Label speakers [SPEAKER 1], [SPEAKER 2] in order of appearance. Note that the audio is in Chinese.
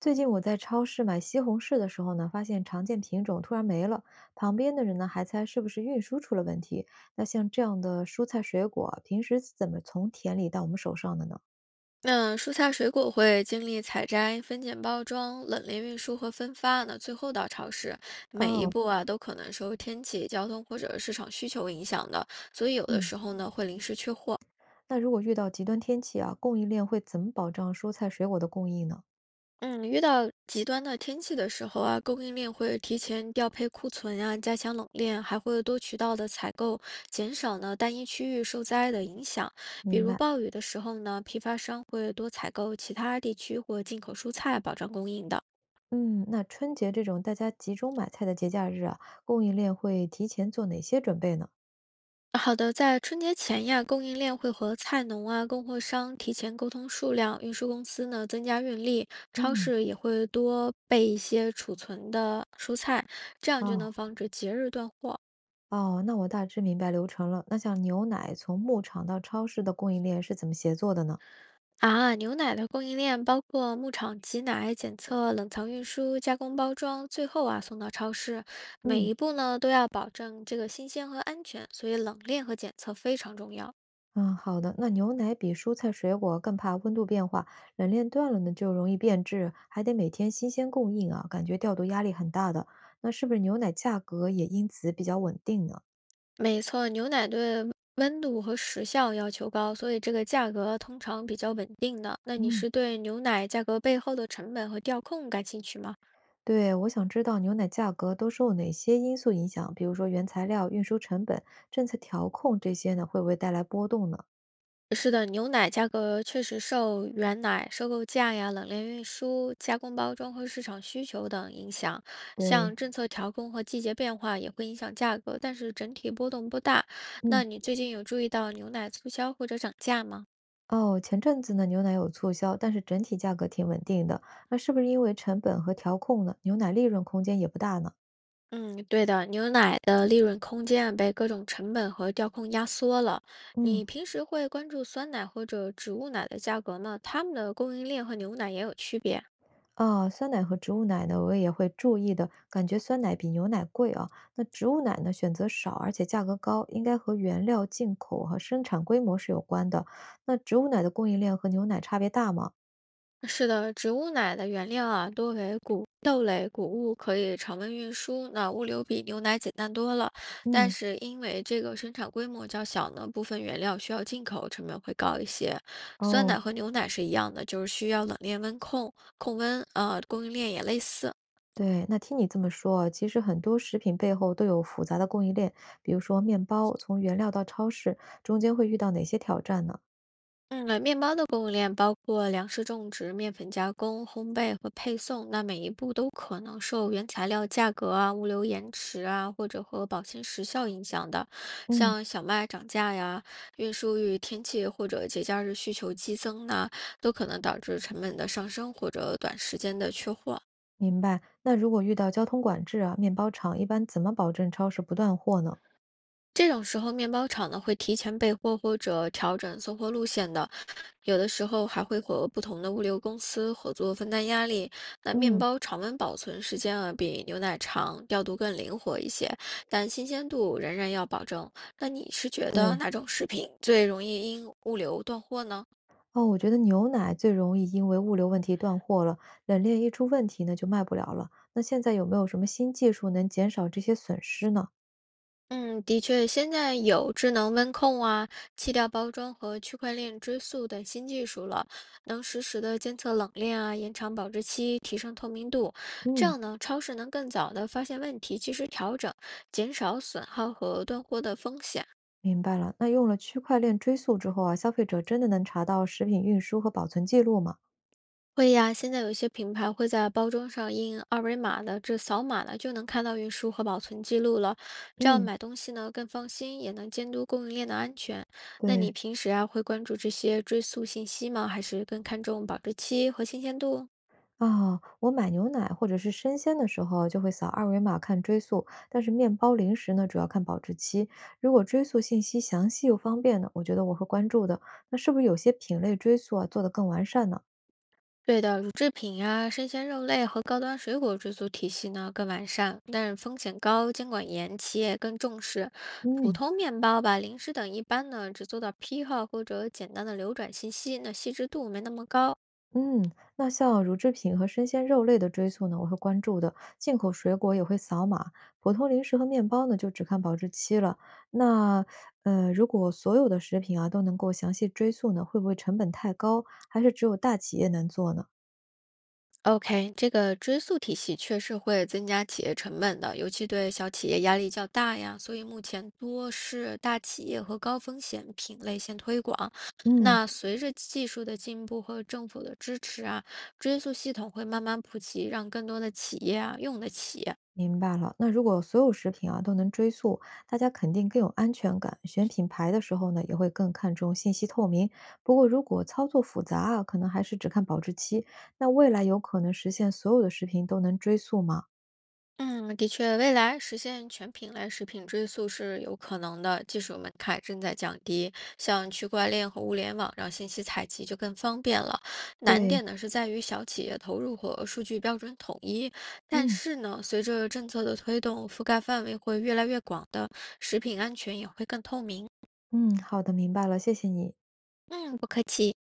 [SPEAKER 1] 最近我在超市买西红柿的时候呢，发现常见品种突然没了，旁边的人呢还猜是不是运输出了问题。那像这样的蔬菜水果，平时是怎么从田里到我们手上的呢？
[SPEAKER 2] 那蔬菜水果会经历采摘、分拣、包装、冷链运输和分发呢，最后到超市。每一
[SPEAKER 1] 哦，
[SPEAKER 2] 步啊，都可能受天气、交通或者市场需求影响的，所以有的
[SPEAKER 1] 嗯，
[SPEAKER 2] 时候呢，会临时缺货。
[SPEAKER 1] 那如果遇到极端天气啊，供应链会怎么保障蔬菜水果的供应呢？
[SPEAKER 2] 嗯，遇到极端的天气的时候啊，供应链会提前调配库存啊，加强冷链，还会多渠道的采购，减少呢单一区域受灾的影响。比
[SPEAKER 1] 明
[SPEAKER 2] 如
[SPEAKER 1] 白。
[SPEAKER 2] 暴雨的时候呢，批发商会多采购其他地区或进口蔬菜，保障供应的。
[SPEAKER 1] 嗯，那春节这种大家集中买菜的节假日啊，供应链会提前做哪些准备呢？
[SPEAKER 2] 好的，在春节前呀，供应链会和菜农啊、供货商提前沟通数量，运输公司呢增加运力，超
[SPEAKER 1] 嗯，
[SPEAKER 2] 市也会多备一些储存的蔬菜，这样就
[SPEAKER 1] 哦。
[SPEAKER 2] 能防止节日断货
[SPEAKER 1] 哦，那我大致明白流程了。那像牛奶从牧场到超市的供应链是怎么协作的呢？
[SPEAKER 2] 啊。牛奶的供应链包括牧场挤奶、检测、冷藏运输、加工包装，最后啊送到超市，每
[SPEAKER 1] 嗯，
[SPEAKER 2] 一步呢都要保证这个新鲜和安全，所以冷链和检测非常重要。
[SPEAKER 1] 嗯，好的。那牛奶比蔬菜水果更怕温度变化，冷链断了呢就容易变质，还得每天新鲜供应啊，感觉调度压力很大的。那是不是牛奶价格也因此比较稳定呢？
[SPEAKER 2] 没错，牛奶对温度和时效要求高，所以这个价格通常比较稳定的。那你
[SPEAKER 1] 嗯，
[SPEAKER 2] 是对牛奶价格背后的成本和调控感兴趣吗？
[SPEAKER 1] 对，我想知道牛奶价格都受哪些因素影响，比如说原材料、运输成本、政策调控这些呢，会不会带来波动呢？
[SPEAKER 2] 是的，牛奶价格确实受原奶、收购价呀、冷链运输、加工包装和市场需求等影响。
[SPEAKER 1] 对。
[SPEAKER 2] 像政策调控和季节变化也会影响价格，但是整体波动不大。那
[SPEAKER 1] 嗯。
[SPEAKER 2] 你最近有注意到牛奶促销或者涨价吗？
[SPEAKER 1] 哦，前阵子呢，牛奶有促销，但是整体价格挺稳定的。那是不是因为成本和调控呢？牛奶利润空间也不大呢？
[SPEAKER 2] 嗯，对的，牛奶的利润空间被各种成本和调控压缩了。
[SPEAKER 1] 嗯，
[SPEAKER 2] 你平时会关注酸奶或者植物奶的价格吗？它们的供应链和牛奶也有区别啊。
[SPEAKER 1] 啊，酸奶和植物奶呢，我也会注意的。感觉酸奶比牛奶贵啊。那植物奶呢，选择少，而且价格高，应该和原料进口和生产规模是有关的。那植物奶的供应链和牛奶差别大吗？
[SPEAKER 2] 是的，植物奶的原料啊多为谷豆类、谷物，可以常温运输，那物流比牛奶简单多了。但
[SPEAKER 1] 嗯，
[SPEAKER 2] 是因为这个生产规模较小呢，部分原料需要进口，成本会高一些。酸
[SPEAKER 1] 哦，
[SPEAKER 2] 奶和牛奶是一样的，就是需要冷链温控控温，供应链也类似。
[SPEAKER 1] 对，那听你这么说啊其实很多食品背后都有复杂的供应链，比如说面包从原料到超市，中间会遇到哪些挑战呢？
[SPEAKER 2] 嗯，面包的供应链包括粮食种植、面粉加工、烘焙和配送，那每一步都可能受原材料价格啊、物流延迟啊，或者和保鲜时效影响的。
[SPEAKER 1] 嗯，
[SPEAKER 2] 像小麦涨价呀、运输与天气或者节假日需求激增呐，都可能导致成本的上升或者短时间的缺货。
[SPEAKER 1] 明白。那如果遇到交通管制啊，面包厂一般怎么保证超市不断货呢？
[SPEAKER 2] 这种时候，面包厂呢会提前备货或者调整送货路线的，有的时候还会和不同的物流公司合作分担压力。那面
[SPEAKER 1] 嗯，
[SPEAKER 2] 包常温保存时间啊比牛奶长，调度更灵活一些，但新鲜度仍然要保证。那你是觉得
[SPEAKER 1] 对，
[SPEAKER 2] 哪种食品最容易因物流断货呢？
[SPEAKER 1] 哦，我觉得牛奶最容易因为物流问题断货了，冷链一出问题呢就卖不了了。那现在有没有什么新技术能减少这些损失呢？
[SPEAKER 2] 嗯，的确，现在有智能温控啊、气调包装和区块链追溯等新技术了，能实时的监测冷链啊，延长保质期，提升透明度。这
[SPEAKER 1] 嗯，
[SPEAKER 2] 样呢，超市能更早的发现问题，及时调整，减少损耗和断货的风险。
[SPEAKER 1] 明白了。那用了区块链追溯之后啊，消费者真的能查到食品运输和保存记录吗？
[SPEAKER 2] 会呀，现在有一些品牌会在包装上印二维码的，这扫码呢就能看到运输和保存记录了。这样
[SPEAKER 1] 嗯，
[SPEAKER 2] 买东西呢更放心，也能监督供应链的安全。那
[SPEAKER 1] 对
[SPEAKER 2] 你平时啊会关注这些追溯信息吗？还是更看重保质期和新鲜度？
[SPEAKER 1] 啊，我买牛奶或者是生鲜的时候，就会扫二维码看追溯，但是面包、零食呢，主要看保质期。如果追溯信息详细又方便呢，我觉得我会关注的。那是不是有些品类追溯啊做得更完善呢？
[SPEAKER 2] 对的，乳制品啊、生鲜肉类和高端水果追溯体系呢更完善，但是风险高，监管严，企业更重视。普
[SPEAKER 1] 嗯，
[SPEAKER 2] 通面包吧、零食等一般呢只做到批号或者简单的流转信息，那细致度没那么高。
[SPEAKER 1] 嗯，那像乳制品和生鲜肉类的追溯呢，我会关注的。进口水果也会扫码，普通零食和面包呢，就只看保质期了。那如果所有的食品啊都能够详细追溯呢，会不会成本太高？还是只有大企业能做呢？
[SPEAKER 2] OK，这个追溯体系确实会增加企业成本的，尤其对小企业压力较大呀。所以目前多是大企业和高风险品类先推广。
[SPEAKER 1] 嗯。
[SPEAKER 2] 那随着技术的进步和政府的支持啊，追溯系统会慢慢普及，让更多的企业啊用得起。
[SPEAKER 1] 明白了，那如果所有食品啊都能追溯，大家肯定更有安全感。选品牌的时候呢，也会更看重信息透明。不过，如果操作复杂啊，可能还是只看保质期。那未来有可能实现所有的食品都能追溯吗？
[SPEAKER 2] 嗯，的确，未来实现全品类食品追溯是有可能的，技术门槛正在降低，像区块链和物联网让信息采集就更方便了。难
[SPEAKER 1] 对，
[SPEAKER 2] 点呢是在于小企业投入和数据标准统一，但
[SPEAKER 1] 嗯
[SPEAKER 2] 是呢，随着政策的推动，覆盖范围会越来越广的，食品安全也会更透明。
[SPEAKER 1] 嗯，好的，明白了，谢谢你。
[SPEAKER 2] 嗯，不客气。